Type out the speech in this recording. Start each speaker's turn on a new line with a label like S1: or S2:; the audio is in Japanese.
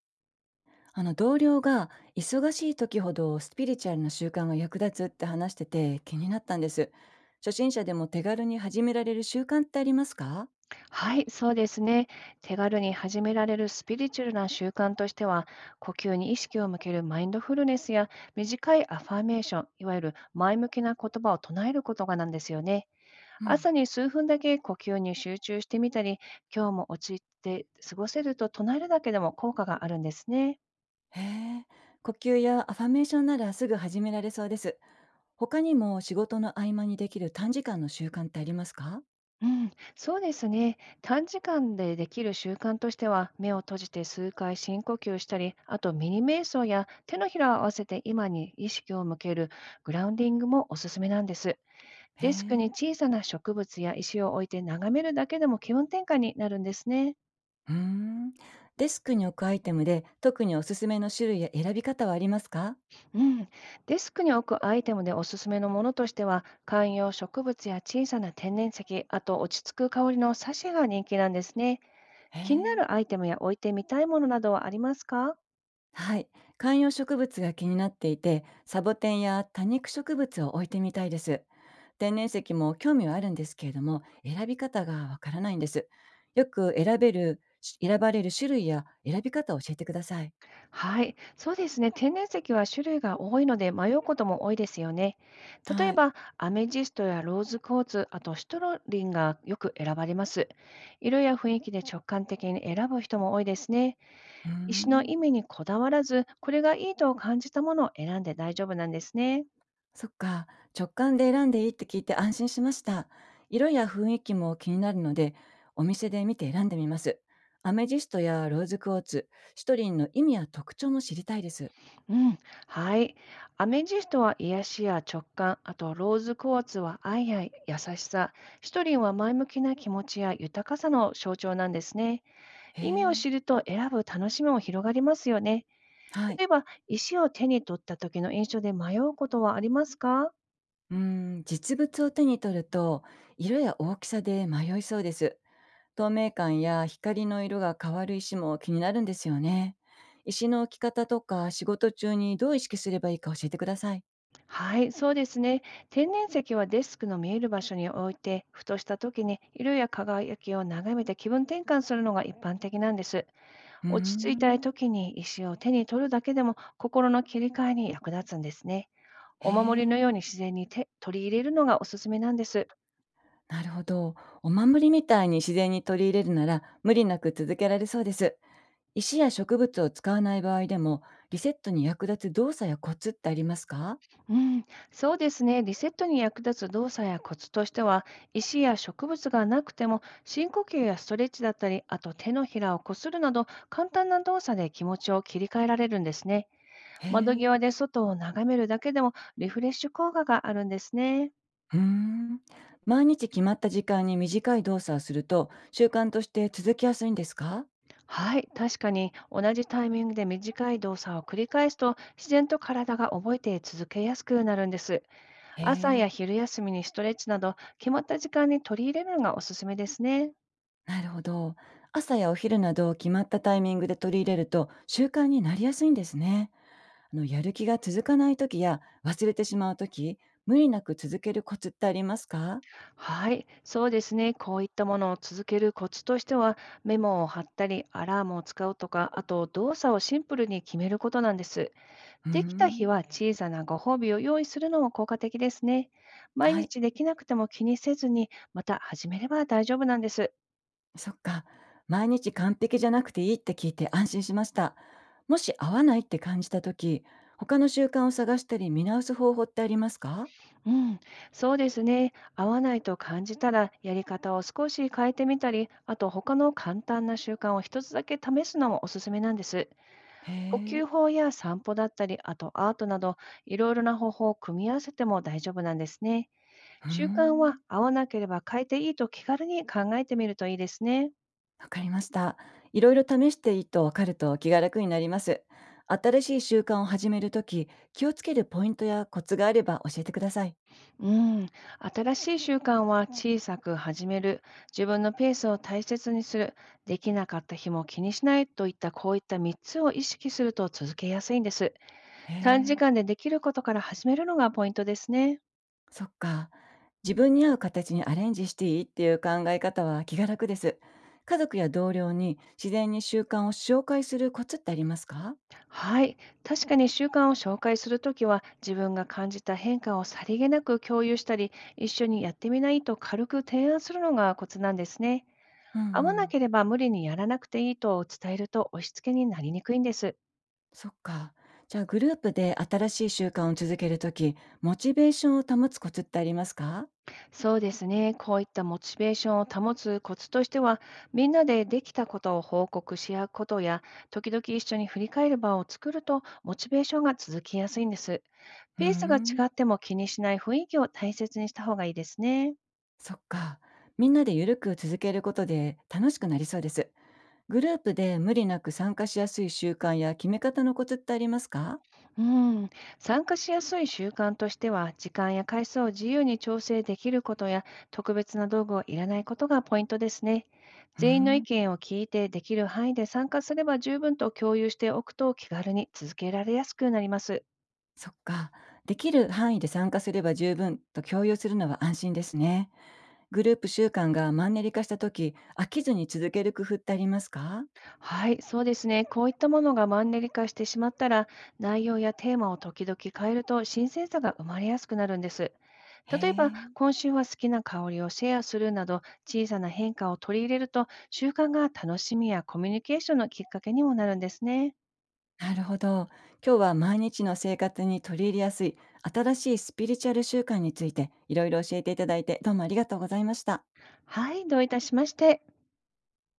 S1: 同僚が忙しい時ほどスピリチュアルな習慣が役立つって話してて気になったんです。初心者でも手軽に始められる習慣ってありますか？
S2: はい、そうですね。手軽に始められるスピリチュアルな習慣としては、呼吸に意識を向けるマインドフルネスや、短いアファーメーション、いわゆる前向きな言葉を唱えることがなんですよね。
S1: うん。
S2: 朝に数分だけ呼吸に集中してみたり、今日も落ち着いて過ごせると唱えるだけでも効果があるんですね。
S1: へえ、呼吸やアファメーションならすぐ始められそうです。他にも仕事の合間にできる短時間の習慣ってありますか？
S2: うん、そうですね。短時間でできる習慣としては、目を閉じて数回深呼吸したり、あとミニ瞑想や手のひらを合わせて今に意識を向けるグラウンディングもおすすめなんです。
S1: へ
S2: デスクに
S1: え。
S2: 小さな植物や石を置いて眺めるだけでも気分転換になるんですね。
S1: うーん。デスクに置くアイテムで特におすすめの種類や選び方はありますか？
S2: うん。デスクに置くアイテムでおすすめのものとしては、観葉植物や小さな天然石、あと落ち着く香りのサシェが人気なんですね。
S1: へ
S2: 気にな
S1: え。
S2: るアイテムや置いてみたいものなどはありますか？
S1: はい。観葉植物が気になっていて、サボテンや多肉植物を置いてみたいです。天然石も興味はあるんですけれども、選び方がわからないんです。よく選べる、し選ばれる種類や選び方を教えてください。
S2: はい、そうですね。天然石は種類が多いので迷うことも多いですよね。例
S1: は
S2: え
S1: い。
S2: ば、アメジストやローズクォーツ、あとシトロリンがよく選ばれます。色や雰囲気で直感的に選ぶ人も多いですね。
S1: うー
S2: 石の
S1: ん。
S2: 意味にこだわらず、これがいいと感じたものを選んで大丈夫なんですね。
S1: そっか。直感で選んでいいって聞いて安心しました。色や雰囲気も気になるので、お店で見て選んでみます。アメジストやローズクォーツ、シトリンの意味や特徴も知りたいです。
S2: うん、はい。アメジストは癒しや直感、あとローズクォーツは愛や優しさ、シトリンは前向きな気持ちや豊かさの象徴なんですね。
S1: へ
S2: 意味を
S1: え。
S2: 知ると選ぶ楽しみも広がりますよね。
S1: はい。
S2: 例えば、石を手に取った時の印象で迷うことはありますか？
S1: うーん、実物を手に取ると色や大きさで迷いそうです。透明感や光の色が変わる石も気になるんですよね。石の置き方とか仕事中にどう意識すればいいか教えてください。
S2: はい、そうですね。天然石はデスクの見える場所に置いて、ふとした時に色や輝きを眺めて気分転換するのが一般的なんです。
S1: うー
S2: 落ち着いたい
S1: ん。
S2: 時に石を手に取るだけでも心の切り替えに役立つんですね。
S1: へ
S2: お守りの
S1: え、
S2: ように自然に手取り入れるのがおすすめなんです。
S1: なるほど。お守りみたいに自然に取り入れるなら無理なく続けられそうです。石や植物を使わない場合でもリセットに役立つ動作やコツってありますか？
S2: うん、そうですね。リセットに役立つ動作やコツとしては、石や植物がなくても、深呼吸やストレッチだったり、あと手のひらをこするなど、簡単な動作で気持ちを切り替えられるんですね。
S1: へ
S2: 窓
S1: え。
S2: 際で外を眺めるだけでもリフレッシュ効果があるんですね。
S1: うーん。毎日決まった時間に短い動作をすると、習慣として続きやすいんですか？
S2: はい、確かに同じタイミングで短い動作を繰り返すと、自然と体が覚えて続けやすくなるんです。
S1: へ
S2: 朝や
S1: え、
S2: 昼休みにストレッチなど、決まった時間に取り入れるのがおすすめですね。
S1: なるほど。朝やお昼などを決まったタイミングで取り入れると習慣になりやすいんですね。やる気が続かない時や忘れてしまう時、無理なく続けるコツってありますか？
S2: はい、そうですね。こういったものを続けるコツとしては、メモを貼ったり、アラームを使うとか、あと動作をシンプルに決めることなんです。
S1: うー
S2: できた日
S1: ん。
S2: は小さなご褒美を用意するのも効果的ですね。毎
S1: はい。
S2: 日できなくても気にせずに、また始めれば大丈夫なんです。
S1: そっか。毎日完璧じゃなくていいって聞いて安心しました。もし合わないって感じた時、他の習慣を探したり見直す方法ってありますか？
S2: うん、そうですね。合わないと感じたら、やり方を少し変えてみたり、あと他の簡単な習慣を一つだけ試すのもおすすめなんです。
S1: へ
S2: 呼
S1: え。
S2: 吸法や散歩だったり、あとアートなど、いろいろな方法を組み合わせても大丈夫なんですね。
S1: うー
S2: 習慣
S1: ん。
S2: は合わなければ変えていいと気軽に考えてみるといいですね。
S1: わかりました。いろいろ試していいとわかると気が楽になります。新しい習慣を始めるとき、気をつけるポイントやコツがあれば教えてください。
S2: うん、新しい習慣は小さく始める、自分のペースを大切にする、できなかった日も気にしないといったこういった3つを意識すると続けやすいんです。
S1: へ
S2: 短時
S1: え、
S2: 間でできることから始めるのがポイントですね。
S1: そっか。自分に合う形にアレンジしていいっていう考え方は気が楽です。家族や同僚に自然に習慣を紹介するコツってありますか？
S2: はい。確かに習慣を紹介するときは、自分が感じた変化をさりげなく共有したり、一緒にやってみないと軽く提案するのがコツなんですね。
S1: うんう
S2: 合わな
S1: ん。
S2: ければ無理にやらなくていいと伝えると押し付けになりにくいんです。
S1: そっか。じゃあグループで新しい習慣を続けるとき、モチベーションを保つコツってありますか？
S2: そうですね。こういったモチベーションを保つコツとしては、みんなでできたことを報告し合うことや、時々一緒に振り返る場を作ると、モチベーションが続きやすいんです。
S1: うー
S2: ペースが
S1: ん。
S2: 違っても気にしない雰囲気を大切にした方がいいですね。
S1: そっか。みんなでゆるく続けることで楽しくなりそうです。グループで無理なく参加しやすい習慣や決め方のコツってありますか？
S2: うん、参加しやすい習慣としては、時間や回数を自由に調整できることや、特別な道具をいらないことがポイントですね。
S1: うー
S2: 全員の意
S1: ん、
S2: 見を聞いて、できる範囲で参加すれば十分と共有しておくと気軽に続けられやすくなります。
S1: そっか。できる範囲で参加すれば十分と共有するのは安心ですね。グループ習慣がマンネリ化した時、飽きずに続ける工夫ってありますか？
S2: はい、そうですね。こういったものがマンネリ化してしまったら、内容やテーマを時々変えると新鮮さが生まれやすくなるんです。
S1: へ
S2: 例えば、
S1: え、
S2: 今週は好きな香りをシェアするなど、小さな変化を取り入れると、習慣が楽しみやコミュニケーションのきっかけにもなるんですね。
S1: なるほど。今日は毎日の生活に取り入れやすい新しいスピリチュアル習慣についていろいろ教えていただいてどうもありがとうございました。
S2: はい、どういたしまして。